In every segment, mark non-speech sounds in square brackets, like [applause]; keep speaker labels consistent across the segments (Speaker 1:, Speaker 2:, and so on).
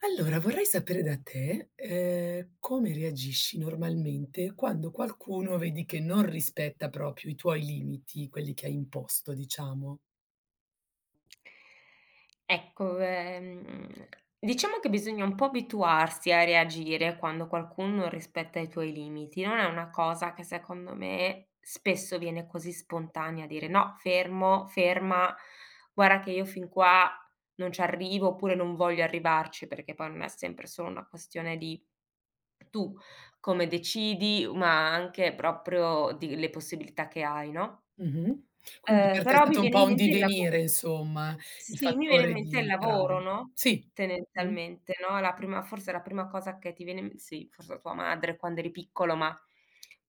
Speaker 1: Allora, vorrei sapere da te, come reagisci normalmente quando qualcuno vedi che non rispetta proprio i tuoi limiti, quelli che hai imposto diciamo.
Speaker 2: Ecco, diciamo che bisogna un po' abituarsi a reagire quando qualcuno non rispetta i tuoi limiti. Non è una cosa che secondo me spesso viene così spontanea dire: "No, fermo, ferma, guarda che io fin qua non ci arrivo", oppure "non voglio arrivarci", perché poi non è sempre solo una questione di tu come decidi, ma anche proprio di le possibilità che hai, no,
Speaker 1: Mh-mh. Quindi per te è
Speaker 2: però mi
Speaker 1: stato un
Speaker 2: viene
Speaker 1: po'
Speaker 2: in
Speaker 1: un
Speaker 2: mente il lavo
Speaker 1: divenire insomma, il
Speaker 2: sì, mi viene in
Speaker 1: fattore di
Speaker 2: mente il lavoro,
Speaker 1: imparare.
Speaker 2: no,
Speaker 1: Sì. Mh.
Speaker 2: tendenzialmente, no, la prima cosa che ti viene in, sì, forse a tua madre quando eri piccolo, ma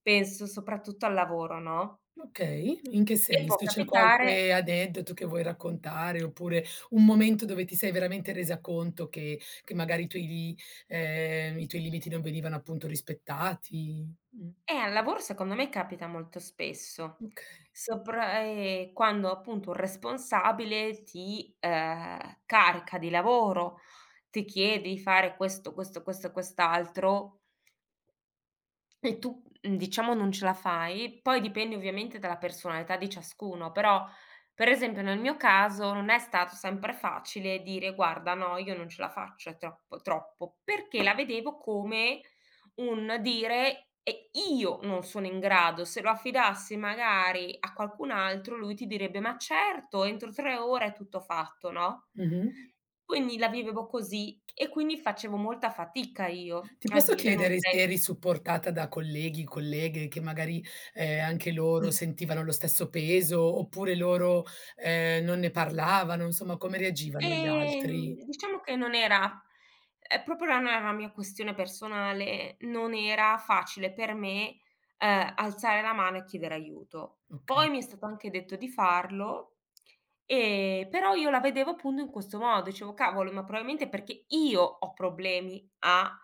Speaker 2: penso soprattutto al lavoro, no,
Speaker 1: Okay, in che
Speaker 2: e può
Speaker 1: senso? C'è
Speaker 2: capitare
Speaker 1: qualche aneddoto che vuoi raccontare, oppure un momento dove ti sei veramente resa conto che magari i tuoi limiti non venivano appunto rispettati?
Speaker 2: al lavoro secondo me capita molto spesso,
Speaker 1: Okay.
Speaker 2: sopra quando appunto un responsabile ti, carica di lavoro, ti chiede di fare questo, questo, questo e quest'altro. E tu, diciamo non ce la fai, poi dipende ovviamente dalla personalità di ciascuno, però per esempio nel mio caso non è stato sempre facile dire: "Guarda no, io non ce la faccio, è troppo troppo", perché la vedevo come un dire: "E io non sono in grado". Se lo affidassi magari a qualcun altro, lui ti direbbe: "Ma certo, entro 3 ore è tutto fatto", no?
Speaker 1: Mh-mh.
Speaker 2: Quindi la vivevo così e quindi facevo molta fatica io
Speaker 1: Ti
Speaker 2: a
Speaker 1: posso
Speaker 2: dire: "Non
Speaker 1: chiedere se
Speaker 2: sei".
Speaker 1: eri supportata da colleghi, colleghe che magari, anche loro
Speaker 2: Sì.
Speaker 1: sentivano lo stesso peso, oppure loro, non ne parlavano, insomma come reagivano gli altri?
Speaker 2: Diciamo che non era, proprio non era una mia questione personale, non era facile per me, alzare la mano e chiedere aiuto.
Speaker 1: Okay.
Speaker 2: Poi mi è stato anche detto di farlo, però io la vedevo appunto in questo modo, dicevo: "Cavolo, ma probabilmente perché io ho problemi a,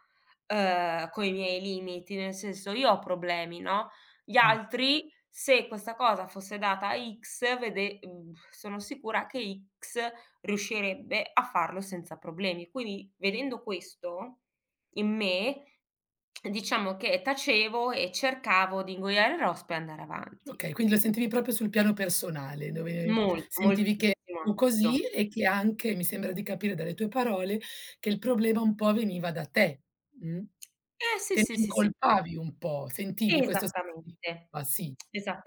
Speaker 2: coi miei limiti", nel senso io ho problemi, no, gli
Speaker 1: Mh.
Speaker 2: altri se questa cosa fosse data a X sono sicura che X riuscirebbe a farlo senza problemi. Quindi vedendo questo in me, diciamo che tacevo e cercavo di ingoiare il rospo e andare avanti.
Speaker 1: Okay, quindi lo sentivi proprio sul piano personale, dove
Speaker 2: Molto,
Speaker 1: sentivi che
Speaker 2: moltissimo,
Speaker 1: tu
Speaker 2: molto.
Speaker 1: così e che anche, mi sembra di capire dalle tue parole, che il problema un po' veniva da te, mh?
Speaker 2: Eh sì,
Speaker 1: Te ne
Speaker 2: sì, sì, sì.
Speaker 1: incolpavi un po', sentivi questo senso di
Speaker 2: Esattamente,
Speaker 1: colpa, sì,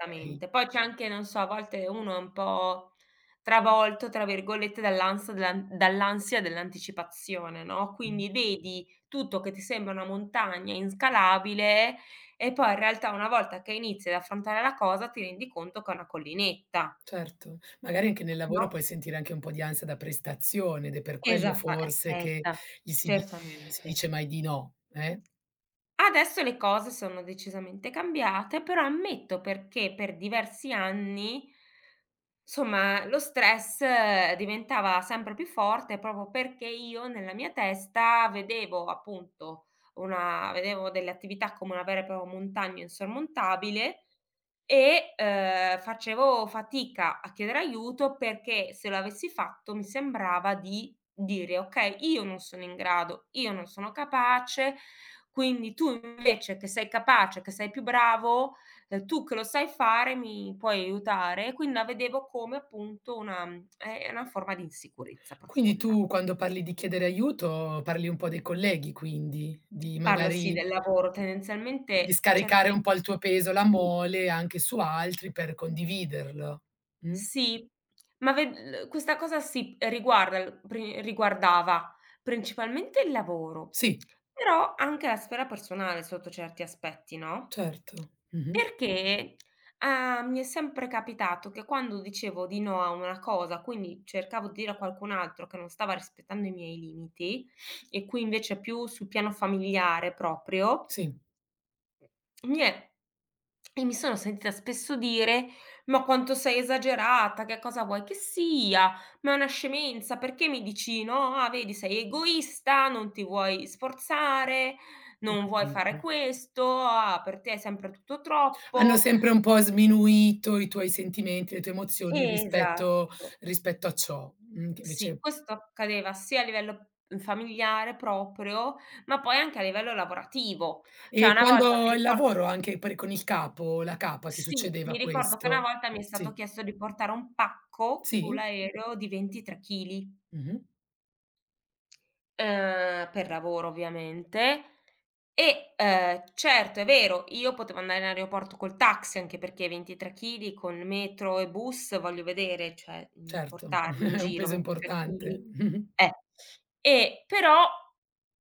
Speaker 1: okay,
Speaker 2: Poi c'è anche, non so, a volte uno è un po' "travolto" tra virgolette dall'ansia dell'anticipazione, no,
Speaker 1: mh,
Speaker 2: quindi vedi tutto che ti sembra una montagna inscalabile e poi in realtà una volta che inizi ad affrontare la cosa ti rendi conto che è una collinetta,
Speaker 1: certo. Magari anche nel
Speaker 2: no?
Speaker 1: lavoro puoi sentire anche un po' di ansia da prestazione ed è per quello
Speaker 2: Esatta eh,
Speaker 1: forse che
Speaker 2: certa,
Speaker 1: gli si dice non si
Speaker 2: Certamente.
Speaker 1: dice mai di no, eh?
Speaker 2: Adesso le cose sono decisamente cambiate, però ammetto perché per diversi anni, lo stress diventava sempre più forte proprio perché io nella mia testa vedevo appunto una vedevo delle attività come una vera e propria montagna insormontabile e, facevo fatica a chiedere aiuto perché se lo avessi fatto mi sembrava di dire: "Okay, io non sono in grado, io non sono capace, quindi tu invece che sei capace, che sei più bravo, tu che lo sai fare mi puoi aiutare", e quindi la vedevo come appunto è una forma di insicurezza
Speaker 1: Quindi
Speaker 2: profonda.
Speaker 1: tu quando parli di chiedere aiuto, parli un po' dei colleghi quindi, di
Speaker 2: Parlo sì
Speaker 1: magari
Speaker 2: del lavoro,
Speaker 1: di
Speaker 2: tendenzialmente
Speaker 1: scaricare un
Speaker 2: certe
Speaker 1: po' il tuo peso, la
Speaker 2: sì.
Speaker 1: mole anche su altri per condividerlo. Mh?
Speaker 2: Sì, ma ve l questa cosa sì, riguardava principalmente il lavoro,
Speaker 1: Sì,
Speaker 2: però anche la sfera personale sotto certi aspetti, no,
Speaker 1: certo. Mh-mh.
Speaker 2: perché, mi è sempre capitato che quando dicevo di no a una cosa, quindi cercavo di dire a qualcun altro che non stava rispettando i miei limiti, e qui invece più sul piano familiare proprio.
Speaker 1: Sì,
Speaker 2: Nie. E mi sono sentita spesso dire: "Ma quanto sei esagerata, che cosa vuoi che sia? Ma è una scemenza, perché mi dici: "No, ah, vedi sei egoista, non ti vuoi sforzare,
Speaker 1: ho
Speaker 2: non vuoi fare
Speaker 1: capito.
Speaker 2: questo, ah, per te è sempre tutto
Speaker 1: Hanno
Speaker 2: troppo"".
Speaker 1: sempre un po' sminuito i tuoi sentimenti, le tue emozioni rispetto
Speaker 2: Esatto.
Speaker 1: rispetto a ciò, che
Speaker 2: Sì,
Speaker 1: invece
Speaker 2: questo accadeva sia a livello, familiare proprio, ma poi anche a livello lavorativo. Cioè
Speaker 1: e
Speaker 2: una volta
Speaker 1: quando
Speaker 2: mi
Speaker 1: al
Speaker 2: ricordo
Speaker 1: lavoro anche per con il capo, la capa, ti
Speaker 2: Sì,
Speaker 1: succedeva
Speaker 2: mi ricordo che una
Speaker 1: questo?
Speaker 2: volta mi è stato
Speaker 1: Sì.
Speaker 2: chiesto di portare un pacco
Speaker 1: Sì?
Speaker 2: sull'aereo di 23 chili,
Speaker 1: Mh-mh.
Speaker 2: per lavoro ovviamente e, certo è vero, io potevo andare in aeroporto col taxi, anche perché 23 chili con metro e bus voglio vedere, cioè,
Speaker 1: Certo,
Speaker 2: portarli
Speaker 1: [laughs]
Speaker 2: in
Speaker 1: è un
Speaker 2: giro
Speaker 1: peso
Speaker 2: 23
Speaker 1: importante.
Speaker 2: chili,
Speaker 1: Mh-mh.
Speaker 2: eh, e però,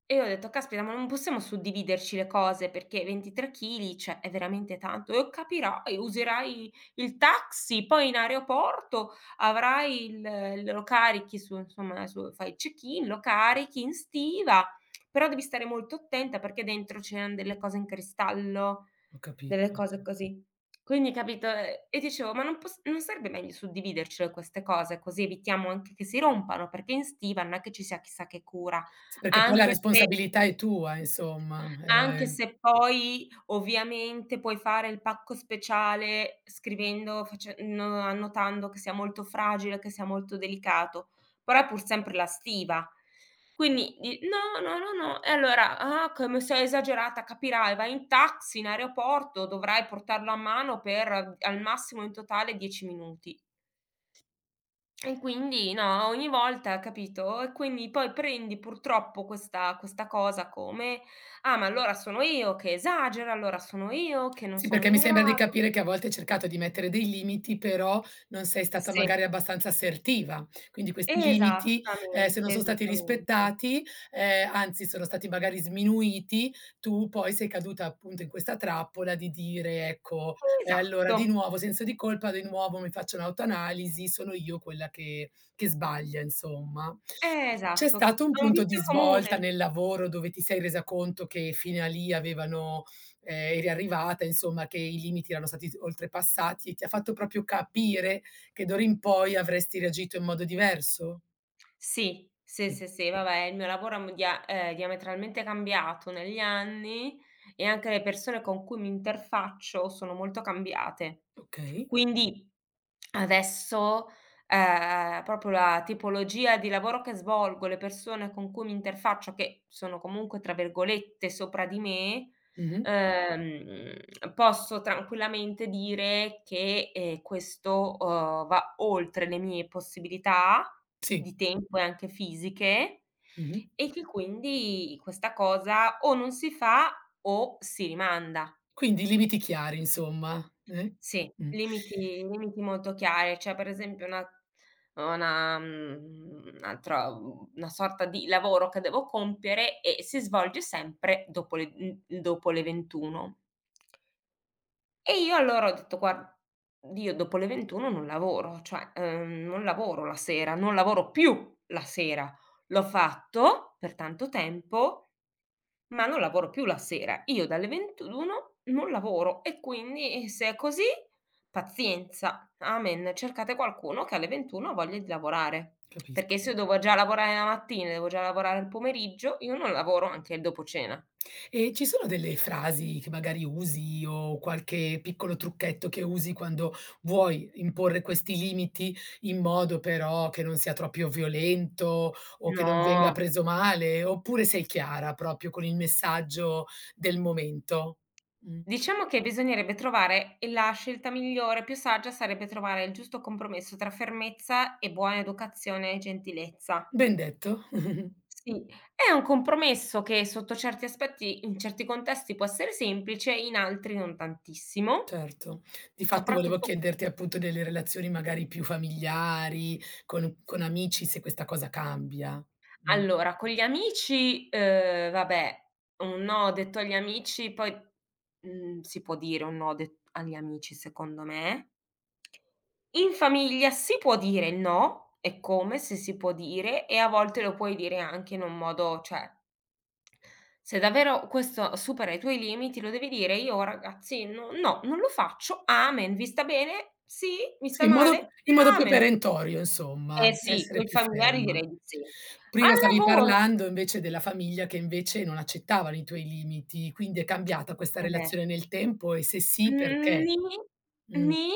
Speaker 2: io ho detto: "Caspita, ma non possiamo suddividerci le cose perché 23 chili, cioè, è veramente tanto. E capirai, userai il taxi, poi in aeroporto avrai il lo carichi su, insomma, su fai il check-in, lo carichi in stiva, però devi stare molto attenta perché dentro c'erano delle cose in cristallo,
Speaker 1: Ho
Speaker 2: delle
Speaker 1: capito.
Speaker 2: cose così". Quindi capito, e dicevo: "Ma non sarebbe meglio suddividercele queste cose, così evitiamo anche che si rompano, perché in stiva non è che ci sia chissà che cura,
Speaker 1: Sì, perché poi la
Speaker 2: anche se".
Speaker 1: responsabilità è tua insomma,
Speaker 2: Anche
Speaker 1: ehm
Speaker 2: se poi ovviamente puoi fare il pacco speciale scrivendo face n annotando che sia molto fragile, che sia molto delicato, però è pur sempre la stiva. Quindi di "No, no, no, no". E allora: "Ah, come sei esagerata". Capirai, vai in taxi, in aeroporto, dovrai portarlo a mano per al massimo in totale 10 minuti. E quindi no, ogni volta, capito? E quindi poi prendi purtroppo questa cosa come: "Ah, ma allora sono io che esagero, allora sono io che non
Speaker 1: sì,
Speaker 2: sono
Speaker 1: perché mi
Speaker 2: in
Speaker 1: sembra di
Speaker 2: grado".
Speaker 1: capire che a volte hai cercato di mettere dei limiti, però non sei stata
Speaker 2: Sì,
Speaker 1: magari abbastanza assertiva. Quindi questi limiti, se non
Speaker 2: esattamente,
Speaker 1: son stati
Speaker 2: esattamente.
Speaker 1: rispettati, anzi sono stati magari sminuiti, tu poi sei caduta appunto in questa trappola di dire: "Ecco, allora di
Speaker 2: Esatto,
Speaker 1: nuovo senso di colpa, di nuovo mi faccio un'autoanalisi, sono io quella che sbaglia", insomma. C'è
Speaker 2: esatto.
Speaker 1: stato un
Speaker 2: È un
Speaker 1: punto di
Speaker 2: vizio
Speaker 1: svolta
Speaker 2: comune.
Speaker 1: nel lavoro dove ti sei resa conto che fino a lì avevano eri arrivata, insomma, che i limiti erano stati oltrepassati e ti ha fatto proprio capire che d'ora in poi avresti reagito in modo diverso?
Speaker 2: Sì, sì,
Speaker 1: Sì.
Speaker 2: sì, sì, vabbè, il mio lavoro è diametralmente cambiato negli anni e anche le persone con cui mi interfaccio sono molto cambiate.
Speaker 1: Okay.
Speaker 2: Quindi adesso, proprio la tipologia di lavoro che svolgo, le persone con cui mi interfaccio, che sono comunque, tra virgolette, "sopra di me",
Speaker 1: Mh-mh.
Speaker 2: posso tranquillamente dire che, questo, va oltre le mie possibilità
Speaker 1: Sì.
Speaker 2: di tempo e anche fisiche
Speaker 1: Mh-mh.
Speaker 2: e che quindi questa cosa o non si fa o si rimanda.
Speaker 1: Quindi limiti chiari insomma, eh?
Speaker 2: Sì,
Speaker 1: Mh,
Speaker 2: limiti molto chiari. Cioè, per esempio una mhmm, un'altra u una sorta di lavoro che devo compiere e si svolge sempre dopo le 21. E io allora ho detto: "Guarda, io dopo le 21 non lavoro, cioè, non lavoro la sera, non lavoro più la sera. L'ho fatto per tanto tempo". Ma non lavoro più la sera. Io dalle 21 non lavoro e quindi se è così pazienza. Amen. Cercate qualcuno che alle 21 ha voglia di lavorare,
Speaker 1: capisco.
Speaker 2: perché se io devo già lavorare la mattina, devo già lavorare il pomeriggio, io non lavoro anche dopo cena.
Speaker 1: E ci sono delle frasi che magari usi o qualche piccolo trucchetto che usi quando vuoi imporre questi limiti in modo però che non sia troppo violento o che non venga
Speaker 2: No.
Speaker 1: preso male, oppure sei chiara proprio con il messaggio del momento? Mh.
Speaker 2: Diciamo che bisognerebbe trovare e la scelta migliore, più saggia sarebbe trovare il giusto compromesso tra fermezza e buona educazione e gentilezza.
Speaker 1: Ben detto. [laughs]
Speaker 2: Sì, è un compromesso che sotto certi aspetti, in certi contesti può essere semplice, in altri non tantissimo.
Speaker 1: Certo. Di fatto volevo
Speaker 2: Soprattutto
Speaker 1: chiederti appunto delle relazioni magari più familiari, con amici, se questa cosa cambia. Mh.
Speaker 2: allora con gli amici, vabbè, un no detto agli amici poi, si può dire un no det agli amici secondo me. In famiglia si può dire no, eccome se si può dire, e a volte lo puoi dire anche in un modo cioè se davvero questo supera i tuoi limiti lo devi dire: "Io ragazzi no no, non lo faccio, amen. Vi sta bene? Sì? Mi
Speaker 1: Sì,
Speaker 2: sta male?
Speaker 1: in modo più
Speaker 2: Amen".
Speaker 1: perentorio insomma,
Speaker 2: Eh sì,
Speaker 1: essere
Speaker 2: coi
Speaker 1: più
Speaker 2: familiari
Speaker 1: ferma.
Speaker 2: direi di sì. Al
Speaker 1: Prima stavi
Speaker 2: lavoro,
Speaker 1: parlando invece della famiglia che invece non accettavano i tuoi limiti, quindi è cambiata questa
Speaker 2: eh.
Speaker 1: relazione nel tempo e se sì
Speaker 2: Mhmm,
Speaker 1: perché?
Speaker 2: nì,
Speaker 1: Mh,
Speaker 2: nì,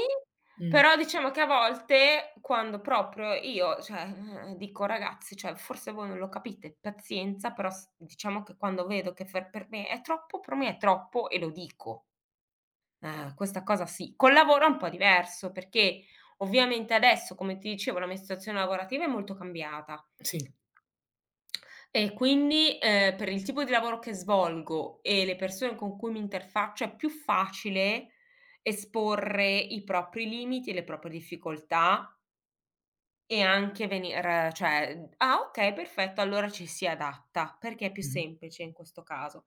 Speaker 1: mh,
Speaker 2: però diciamo che a volte quando proprio io cioè, dico: "Ragazzi, cioè forse voi non lo capite, pazienza", però s diciamo che quando vedo che fer per me è troppo, per me è troppo e lo dico. Questa cosa sì. Col lavoro è un po' diverso, perché ovviamente adesso, come ti dicevo, la mia situazione lavorativa è molto cambiata.
Speaker 1: sì,
Speaker 2: E quindi, per il tipo di lavoro che svolgo e le persone con cui mi interfaccio è più facile esporre i propri limiti e le proprie difficoltà e anche venir cioè ah okay, perfetto, allora ci si adatta, perché è più
Speaker 1: mh-mh,
Speaker 2: semplice in questo caso.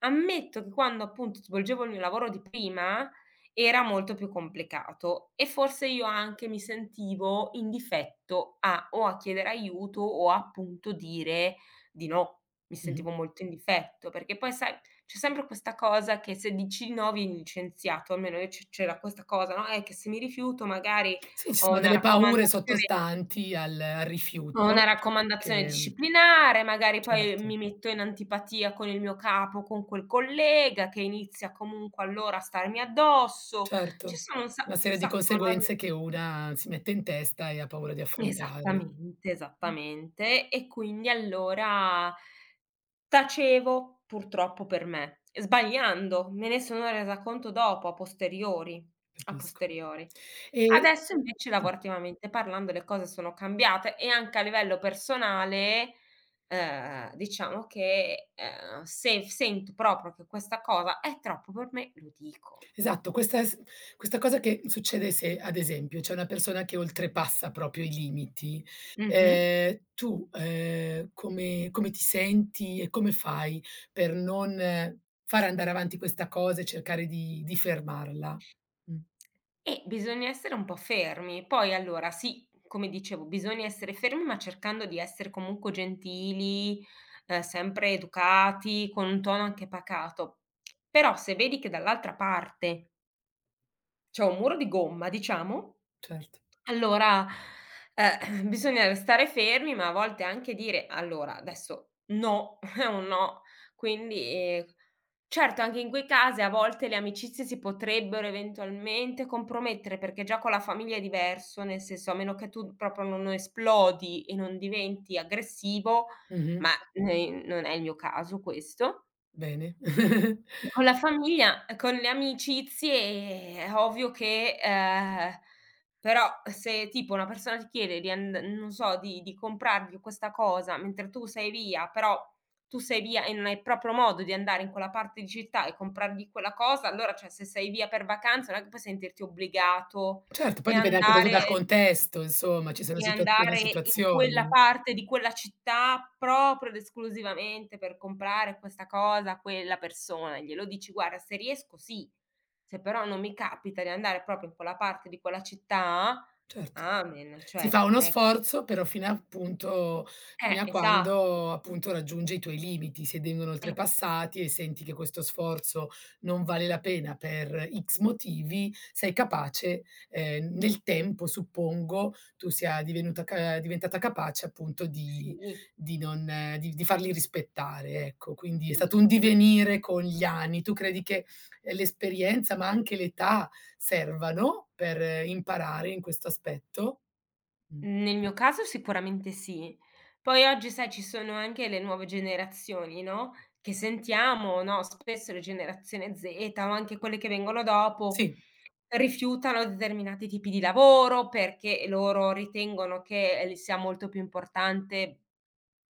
Speaker 2: Ammetto che quando appunto svolgevo il mio lavoro di prima era molto più complicato e forse io anche mi sentivo in difetto a o a chiedere aiuto o appunto dire di no. Mi
Speaker 1: mh-mh.
Speaker 2: sentivo molto in difetto, perché poi sai, c'è sempre questa cosa che se dici di no vieni licenziato, almeno io c'era questa cosa, no, che se mi rifiuto magari
Speaker 1: Sì, ci
Speaker 2: ho
Speaker 1: sono delle paure sottostanti al
Speaker 2: una
Speaker 1: rifiuto
Speaker 2: raccomandazione
Speaker 1: che
Speaker 2: disciplinare, magari poi
Speaker 1: certo,
Speaker 2: mi metto in antipatia con il mio capo, con quel collega che inizia comunque allora a starmi addosso. Ci
Speaker 1: certo,
Speaker 2: sono un sa
Speaker 1: una serie di
Speaker 2: sacco, no, di
Speaker 1: conseguenze che una si mette in testa e ha paura di affrontare.
Speaker 2: Esattamente, esattamente. E quindi allora tacevo, purtroppo per me, sbagliando, me ne sono resa conto dopo, a posteriori, a
Speaker 1: Capisco.
Speaker 2: posteriori.
Speaker 1: E
Speaker 2: Adesso invece
Speaker 1: sì,
Speaker 2: lavorativamente parlando le cose sono cambiate e anche a livello personale, diciamo che, se f sento proprio che questa cosa è troppo per me, lo dico.
Speaker 1: esatto, questa cosa che succede se, ad esempio, c'è una persona che oltrepassa proprio i limiti,
Speaker 2: Mh-mh.
Speaker 1: tu, come ti senti e come fai per non far andare avanti questa cosa e cercare di fermarla? Mh,
Speaker 2: Bisogna essere un po' fermi. Poi allora sì, come dicevo, bisogna essere fermi, ma cercando di essere comunque gentili, sempre educati, con un tono anche pacato. Però se vedi che dall'altra parte c'è un muro di gomma, diciamo,
Speaker 1: certo.
Speaker 2: allora, [clears throat] bisogna restare fermi, ma a volte anche dire: "Allora, adesso no, [laughs] è un no". Quindi, ehm certo, anche in quei casi a volte le amicizie si potrebbero eventualmente compromettere, perché già con la famiglia è diverso, nel senso a meno che tu proprio non esplodi e non diventi aggressivo,
Speaker 1: Mh-mh,
Speaker 2: ma, non è il mio caso questo,
Speaker 1: bene. [laughs]
Speaker 2: con la famiglia, con le amicizie è ovvio che però se tipo una persona ti chiede di and non so, di comprargli questa cosa mentre tu sei via, però tu sei via e non hai proprio modo di andare in quella parte di città e comprargli quella cosa, allora cioè se sei via per vacanza non è che puoi sentirti obbligato
Speaker 1: Certo, poi
Speaker 2: e
Speaker 1: dipende anche tutto dal
Speaker 2: andare
Speaker 1: contesto, insomma, ci sono
Speaker 2: e
Speaker 1: situazioni e
Speaker 2: andare in quella
Speaker 1: situazioni.
Speaker 2: parte di quella città proprio ed esclusivamente per comprare questa cosa a quella persona. Glielo dici: "Guarda, se riesco sì, se però non mi capita di andare proprio in quella parte di quella città,
Speaker 1: Certo.
Speaker 2: amen".
Speaker 1: Si
Speaker 2: Cioè,
Speaker 1: fa uno
Speaker 2: non è che
Speaker 1: sforzo, però fino a appunto fino a
Speaker 2: esatto.
Speaker 1: quando appunto raggiunge i tuoi limiti. Se vengono
Speaker 2: Eh,
Speaker 1: oltrepassati e senti che questo sforzo non vale la
Speaker 2: eh,
Speaker 1: pena per X motivi, sei capace, nel tempo suppongo, tu sia divenuta ca diventata capace appunto
Speaker 2: sì,
Speaker 1: di non di di farli rispettare, ecco. Quindi è stato
Speaker 2: sì.
Speaker 1: un divenire con gli anni. Tu credi che, l'esperienza, ma anche l'età servano per imparare in questo aspetto. Mh.
Speaker 2: Nel mio caso sicuramente sì. Poi oggi sai ci sono anche le nuove generazioni, no, che sentiamo, no, spesso le generazione Z o anche quelle che vengono dopo,
Speaker 1: Sì,
Speaker 2: rifiutano determinati tipi di lavoro perché loro ritengono che l sia molto più importante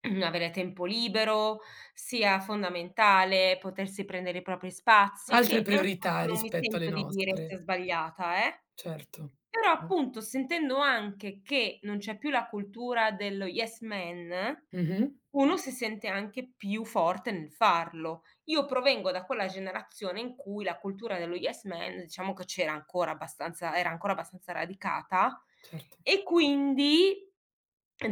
Speaker 2: [clears throat] avere tempo libero, sia fondamentale potersi prendere i propri spazi,
Speaker 1: altre
Speaker 2: che è una cosa
Speaker 1: priorità
Speaker 2: che non mi
Speaker 1: rispetto alle
Speaker 2: sento di dire
Speaker 1: nostre,
Speaker 2: sia sbagliata, eh.
Speaker 1: certo.
Speaker 2: Però
Speaker 1: Mh.
Speaker 2: appunto sentendo anche che non c'è più la cultura dello yes man,
Speaker 1: Mh-mh,
Speaker 2: uno si sente anche più forte nel farlo. Io provengo da quella generazione in cui la cultura dello yes man diciamo che c'era ancora abbastanza era ancora abbastanza radicata
Speaker 1: certo.
Speaker 2: e quindi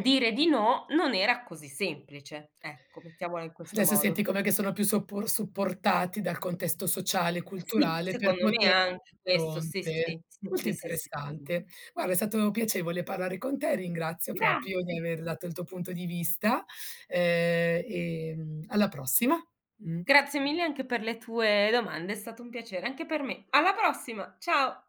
Speaker 2: dire di no non era così semplice, ecco, mettiamola in questo
Speaker 1: Adesso senti
Speaker 2: modo.
Speaker 1: com'è che sono più soppor supportati dal contesto sociale e
Speaker 2: Sì,
Speaker 1: culturale per
Speaker 2: secondo me
Speaker 1: poter
Speaker 2: anche questo, sì, sì,
Speaker 1: pronte.
Speaker 2: sì,
Speaker 1: Molto
Speaker 2: sì, sì, sì, sì. Sì.
Speaker 1: interessante. Guarda, è stato piacevole parlare con te, ringrazio proprio di
Speaker 2: Grazie.
Speaker 1: aver dato il tuo punto di vista, e, alla prossima. Mh.
Speaker 2: Grazie mille anche per le tue domande, è stato un piacere anche per me. Alla prossima, ciao.